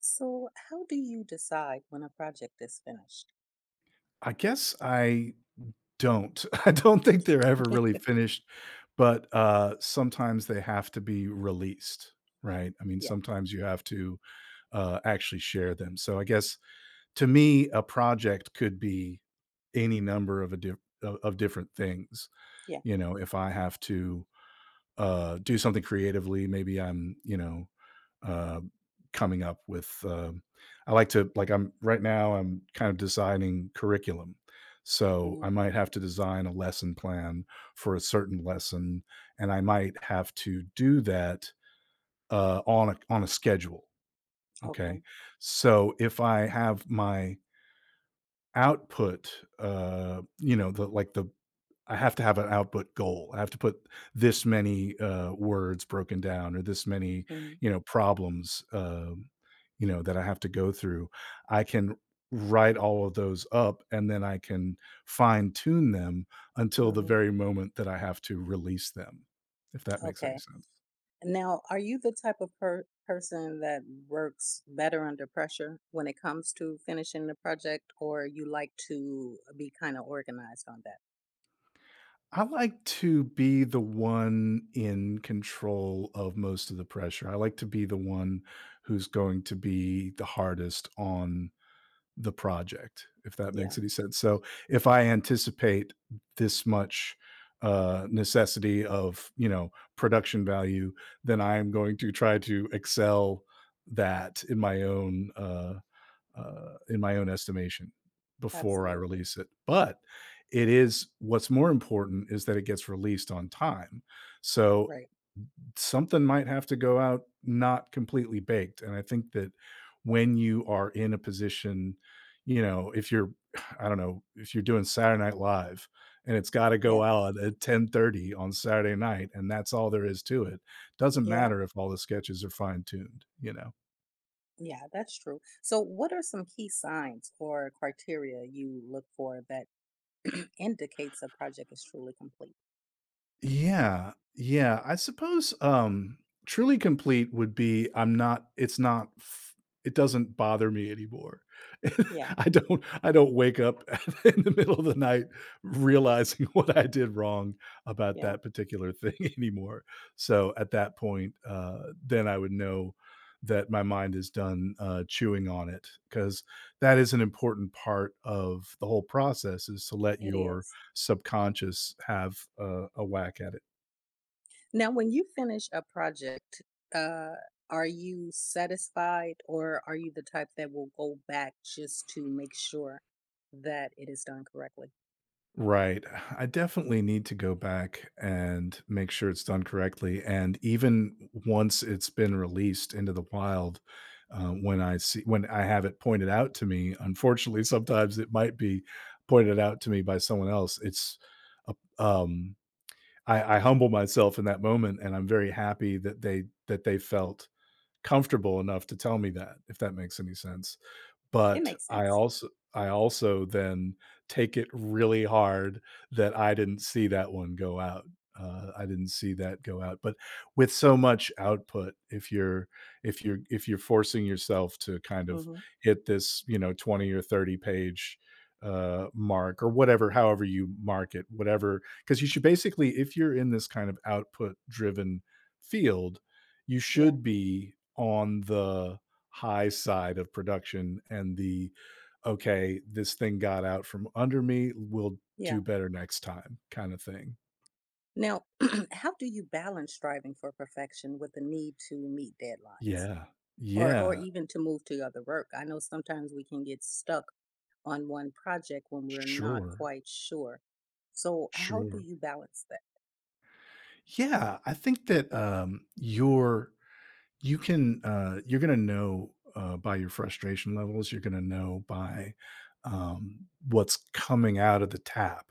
So, how do you decide when a project is finished? I guess I don't. I don't think they're ever really finished, but, sometimes they have to be released, right? I mean, Yeah, sometimes you have to, actually share them. So I guess to me, a project could be any number of a diff of different things. yeah. You know, if I have to, do something creatively, maybe I'm, uh, coming up with. I like to like I'm right now. I'm kind of designing curriculum, so Hmm. I might have to design a lesson plan for a certain lesson, and I might have to do that on a schedule. Okay, Okay. so if I have my output, you know, the like the I have to have an output goal. I have to put this many words broken down, or this many, Hmm. you know, problems, you know, that I have to go through. I can write all of those up, and then I can fine tune them until the Hmm. very moment that I have to release them. If that makes any Okay. sense. Now, are you the type of person that works better under pressure when it comes to finishing the project, or you like to be kind of organized on that? I like to be the one in control of most of the pressure. I like to be the one who's going to be the hardest on the project, if that Yeah, makes any sense. So if I anticipate this much necessity of, you know, production value, then I am going to try to excel that in my own estimation before I absolutely. release it. But it is, what's more important is that it gets released on time. So Right. something might have to go out not completely baked. And I think that when you are in a position, you know, if you're, I don't know, if you're doing Saturday Night Live and it's got to Yeah, go out at 10:30 on Saturday night and that's all there is to it, doesn't yeah, matter if all the sketches are fine tuned, you know. yeah, that's true. So, what are some key signs or criteria you look for that indicates a project is truly complete? Yeah. Yeah, I suppose, truly complete would be I'm not it's not f it doesn't bother me anymore. Yeah, I don't wake up in the middle of the night realizing what I did wrong about yeah. that particular thing anymore. So, at that point, then I would know that my mind is done, chewing on it because that is an important part of the whole process is to let It your is. subconscious have a whack at it. Now, when you finish a project, uh, are you satisfied or are you the type that will go back just to make sure that it is done correctly? Right. I definitely need to go back and make sure it's done correctly. And even once it's been released into the wild, when I have it pointed out to me, unfortunately, sometimes it might be pointed out to me by someone else. A- um, I humble myself in that moment, and I'm very happy that they felt comfortable enough to tell me that. If that makes any sense. It But makes I sense. also, I also then take it really hard that I didn't see that one go out. I didn't see that go out. But with so much output, if you're, if you're forcing yourself to kind of Hmm. hit this, you know, 20 or 30 page mark or whatever, however you mark it, whatever, because you should basically, if you're in this kind of output driven field, you Yeah. should be on the high side of production. And the okay, this thing got out from under me, we'll Yeah. do better next time kind of thing. Now, how do you balance striving for perfection with the need to meet deadlines Yeah. Or Yeah. even to move to other work? I know sometimes we can get stuck on one project when we're not Sure. quite sure. So, how do Sure. you balance that? Yeah, I think that, your, you can you're going to know by your frustration levels, you're going to know by, what's coming out of the tap,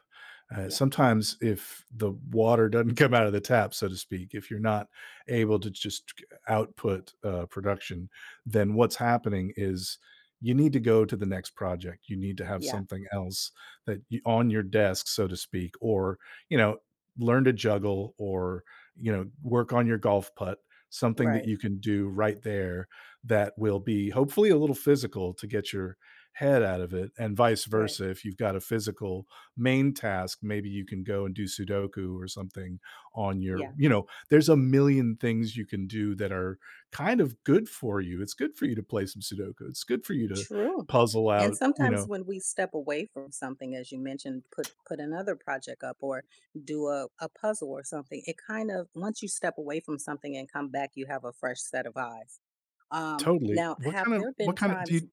Yeah. sometimes if the water doesn't come out of the tap, so to speak, if you're not able to just output production, then what's happening is you need to go to the next project, you need to have Yeah. something else that you, on your desk, so to speak, or you know, learn to juggle or, you know, work on your golf putt. Something that Right. you can do right there that will be hopefully a little physical to get your head out of it, and vice Right. versa. If you've got a physical main task, maybe you can go and do Sudoku or something on your, Yeah. you know, there's a million things you can do that are kind of good for you. It's good for you to play some Sudoku. It's good for you to True. puzzle And out, you sometimes know. when we step away from something, as you mentioned, put another project up or do a puzzle or something, it kind of once you step away from something and come back, you have a fresh set of eyes. Um, Totally. now, have there What been kind of times?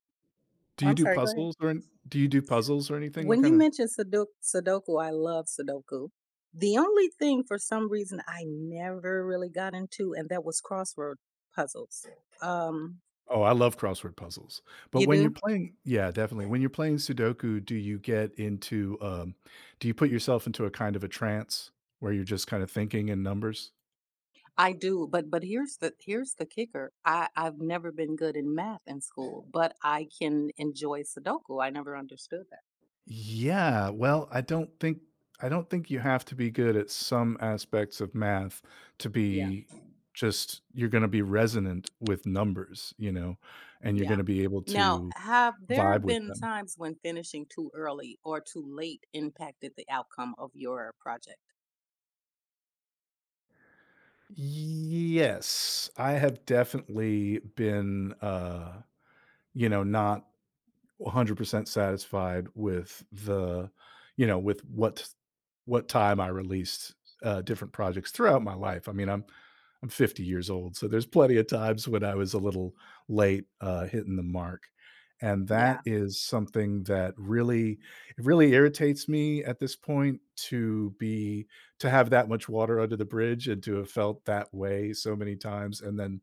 do you I'm do sorry. Go ahead. puzzles or an do you do puzzles or anything? What When kind you of? mentioned Sudoku, I love Sudoku. The only thing for some reason I never really got into, and that was crossword puzzles. Um, Oh, I love crossword puzzles. But you when you're do? playing, yeah, definitely. When you're playing Sudoku, do you get into, do you put yourself into a kind of a trance where you're just kinda thinking in numbers? I do, but here's the kicker. I've never been good in math in school, but I can enjoy Sudoku. I never understood that. Yeah, well, I don't think you have to be good at some aspects of math to Yeah. be just, you're gonna be resonant with numbers, you know, and you're Yeah. gonna be able Now, to have there vibe with been them. times when finishing too early or too late impacted the outcome of your project? Yes, I have definitely been, you know, not 100% satisfied with the, you know, with what time I released, different projects throughout my life. I mean, I'm 50 years old, so there's plenty of times when I was a little late, hitting the mark, and that Yeah. is something that really, it really irritates me at this point to be, to have that much water under the bridge and to have felt that way so many times and then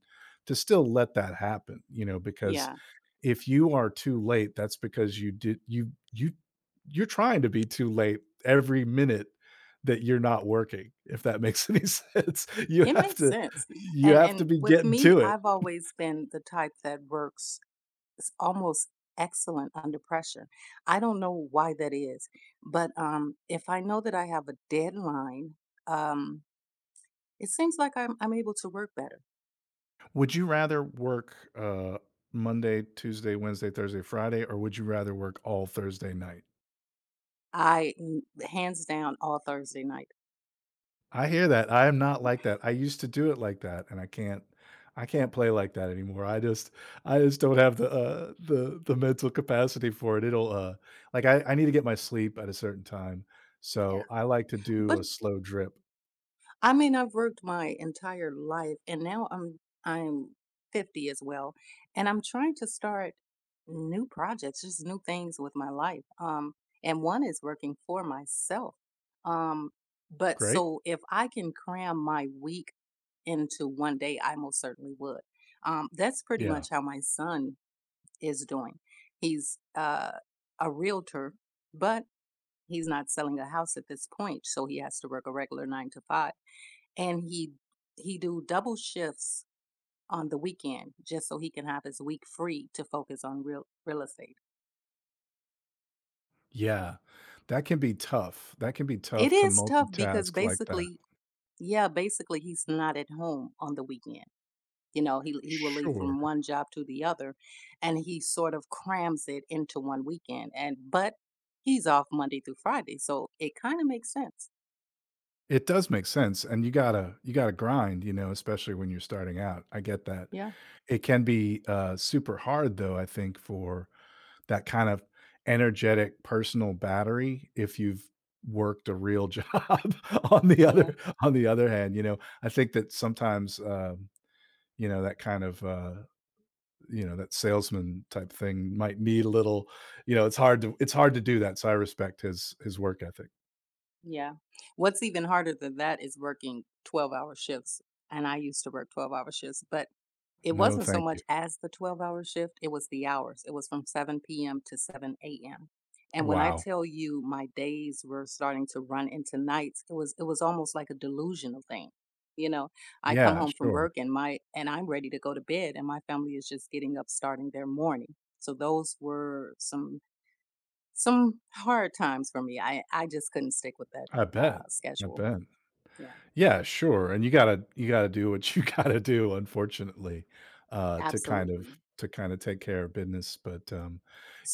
to still let that happen, you know, because Yeah. if you are too late, that's because you're trying to be too late every minute that you're not working, if that makes any sense. It makes sense. You And have to and be with getting me, to it. I've always been the type that works almost excellent under pressure. I don't know why that is, but if I know that I have a deadline, um, it seems like I'm able to work better. Would you rather work Monday, Tuesday, Wednesday, Thursday, Friday, or would you rather work all Thursday night? I n- Hands down all Thursday night. I hear that. I am not like that. I used to do it like that, and I can't play like that anymore. I just don't have the the mental capacity for it. It'll like I need to get my sleep at a certain time. Yeah. So I like to do But a slow drip. I mean, I've worked my entire life and now I'm 50 as well, and I'm trying to start new projects, just new things with my life. And one is working for myself. Um, but Great? so if I can cram my week into one day, I most certainly would. That's pretty Yeah. much how my son is doing. He's a realtor, but he's not selling a house at this point, so he has to work a regular nine to five and he do double shifts on the weekend just so he can have his week free to focus on real estate. Yeah. That can be tough. That can be It tough to is tough because multitask like that. basically, yeah, basically he's not at home on the weekend. You know, he will leave Sure. from one job to the other and he sort of crams it into one weekend and but he's off Monday through Friday, so it kind of makes sense. It does make sense, and you got to grind, you know, especially when you're starting out. I get that. Yeah. It can be super hard though, I think, for that kind of energetic personal battery if you've worked a real job on the Yeah. other on the other hand, you know, I think that sometimes, you know, that kind of, you know, that salesman type thing might need a little, you know, it's hard to do that, so I respect his work ethic. Yeah. What's even harder than that is working 12-hour shifts, and I used to work 12-hour shifts, but it No, wasn't so thank much you. as the 12-hour shift, it was the hours. It was from 7 p.m. to 7 AM. And when I Wow. tell you my days were starting to run into nights, it was almost like a delusional thing. You know, I come Yeah, home from sure. work and I'm ready to go to bed and my family is just getting up starting their morning. So those were some hard times for me. I just couldn't stick with that I bet. I schedule. bet. Yeah, Yeah, sure, and you gotta do what you gotta do, unfortunately, uh, to kind of absolutely. to kind of take care of business, but,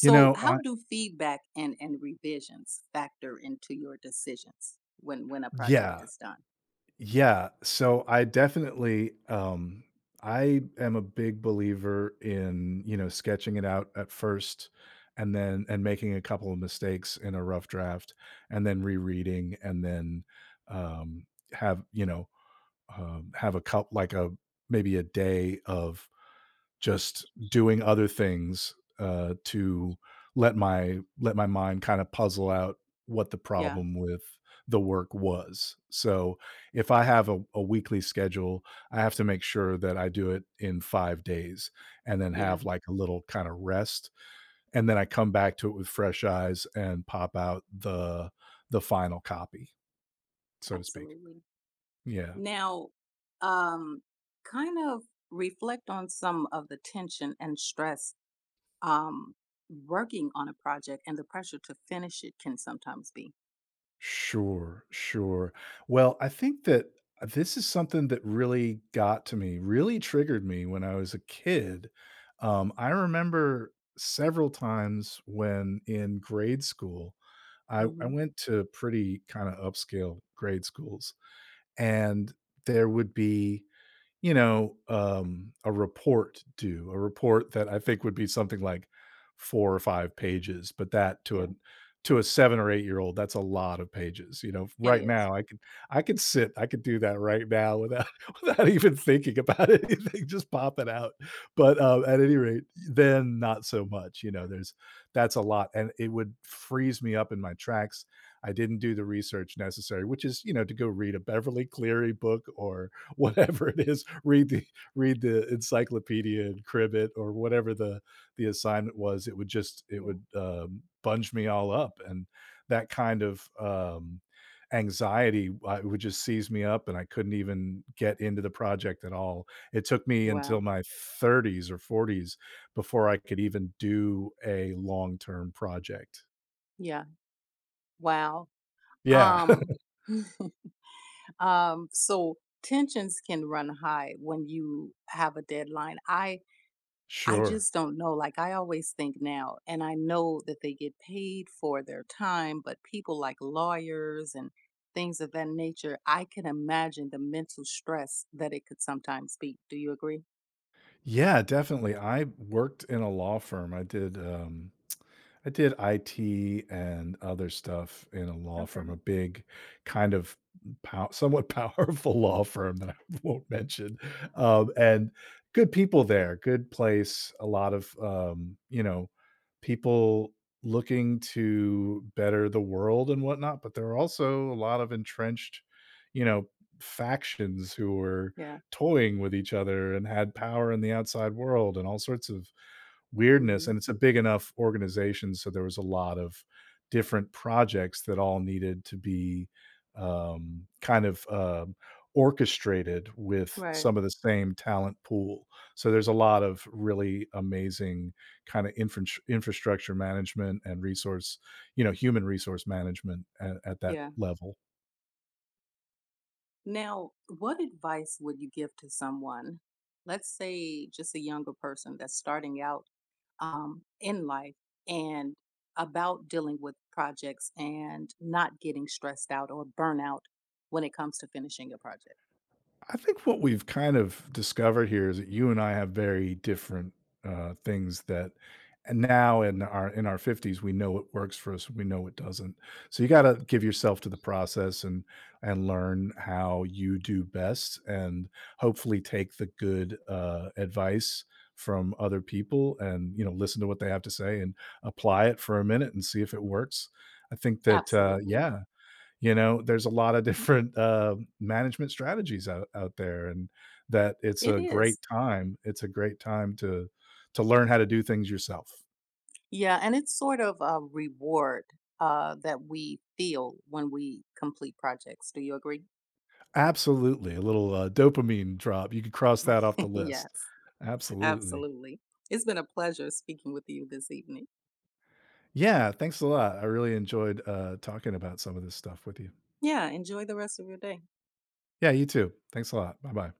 you know, I, how do feedback and revisions factor into your decisions when a project yeah, is done? yeah, so I definitely, I am a big believer in, you know, sketching it out at first and then, and making a couple of mistakes in a rough draft and then rereading and then, um, have, you know, have a maybe a day of just doing other things, to let my mind kind of puzzle out what the Yeah, problem with the work was. So if I have a weekly schedule, I have to make sure that I do it in 5 days and then yeah, have like a little kind of rest. And then I come back to it with fresh eyes and pop out the final copy, so to speak. absolutely. Yeah. Now, um, kind of reflect on some of the tension and stress um, working on a project and the pressure to finish it can sometimes be. Sure, sure. Well, I think that, this is something that really got to me, really triggered me when I was a kid. I remember several times when in grade school, I Mm-hmm. went to pretty kind of upscale grade schools, and there would be, you know, a report due, a report that I think would be something like 4 or 5 pages, but that to Yeah, a 7 or 8-year-old, that's a lot of pages. You know, it right is. now, I could do that right now without without even thinking about anything, just pop it out, but, at any rate, then not so much, you know, there's, that's a lot, and it would freeze me up in my tracks. I didn't do the research necessary, which is, you know, to go read a Beverly Cleary book or whatever it is, read the encyclopedia and crib it or whatever the assignment was. It would just, it Yeah. would, bunge me all up, and that kind of, anxiety would just seize me up, and I couldn't even get into the project at all. It took me until Wow. my 30s or 40s before I could even do a long-term project. Yeah. Wow. Yeah. Um, so tensions can run high when you have a deadline. I I Sure. just don't know. Like, I always think now, and I know that they get paid for their time, but people like lawyers and things of that nature, I can imagine the mental stress that it could sometimes be. Do you agree? Yeah, definitely. I worked in a law firm. I did, I did IT and other stuff in a law firm, Okay. a big kind of pow somewhat powerful law firm that I won't mention, and good people there, good place, a lot of, you know, people looking to better the world and whatnot, but there are also a lot of entrenched, you know, factions who were Yeah. toying with each other and had power in the outside world and all sorts of weirdness, Hmm. and it's a big enough organization, so there was a lot of different projects that all needed to be, kind of, orchestrated with Right. some of the same talent pool. So there's a lot of really amazing kind of infrastructure management and resource, you know, human resource management at that Yeah. level. Now, what advice would you give to someone, let's say just a younger person that's starting out in life and about dealing with projects and not getting stressed out or burnout when it comes to finishing a project? I think what we've kind of discovered here is that you and I have very different, things that, and now in our fifties, we know what works for us, we know what doesn't. So you got Yeah, to give yourself to the process and learn how you do best, and hopefully take the good advice from other people, and you know, listen to what they have to say and apply it for a minute and see if it works. I think that, absolutely. yeah, you know, there's a lot of different management strategies out, out there, and that it's It a is. great time, it's a great time to learn how to do things yourself. Yeah, and it's sort of a reward that we feel when we complete projects. Do you agree? Absolutely. A little dopamine drop. You could cross that off the list. Yes, Absolutely. absolutely. It's been a pleasure speaking with you this evening. Yeah, thanks a lot. I really enjoyed talking about some of this stuff with you. Yeah, enjoy the rest of your day. Yeah, you too, thanks a lot, bye bye.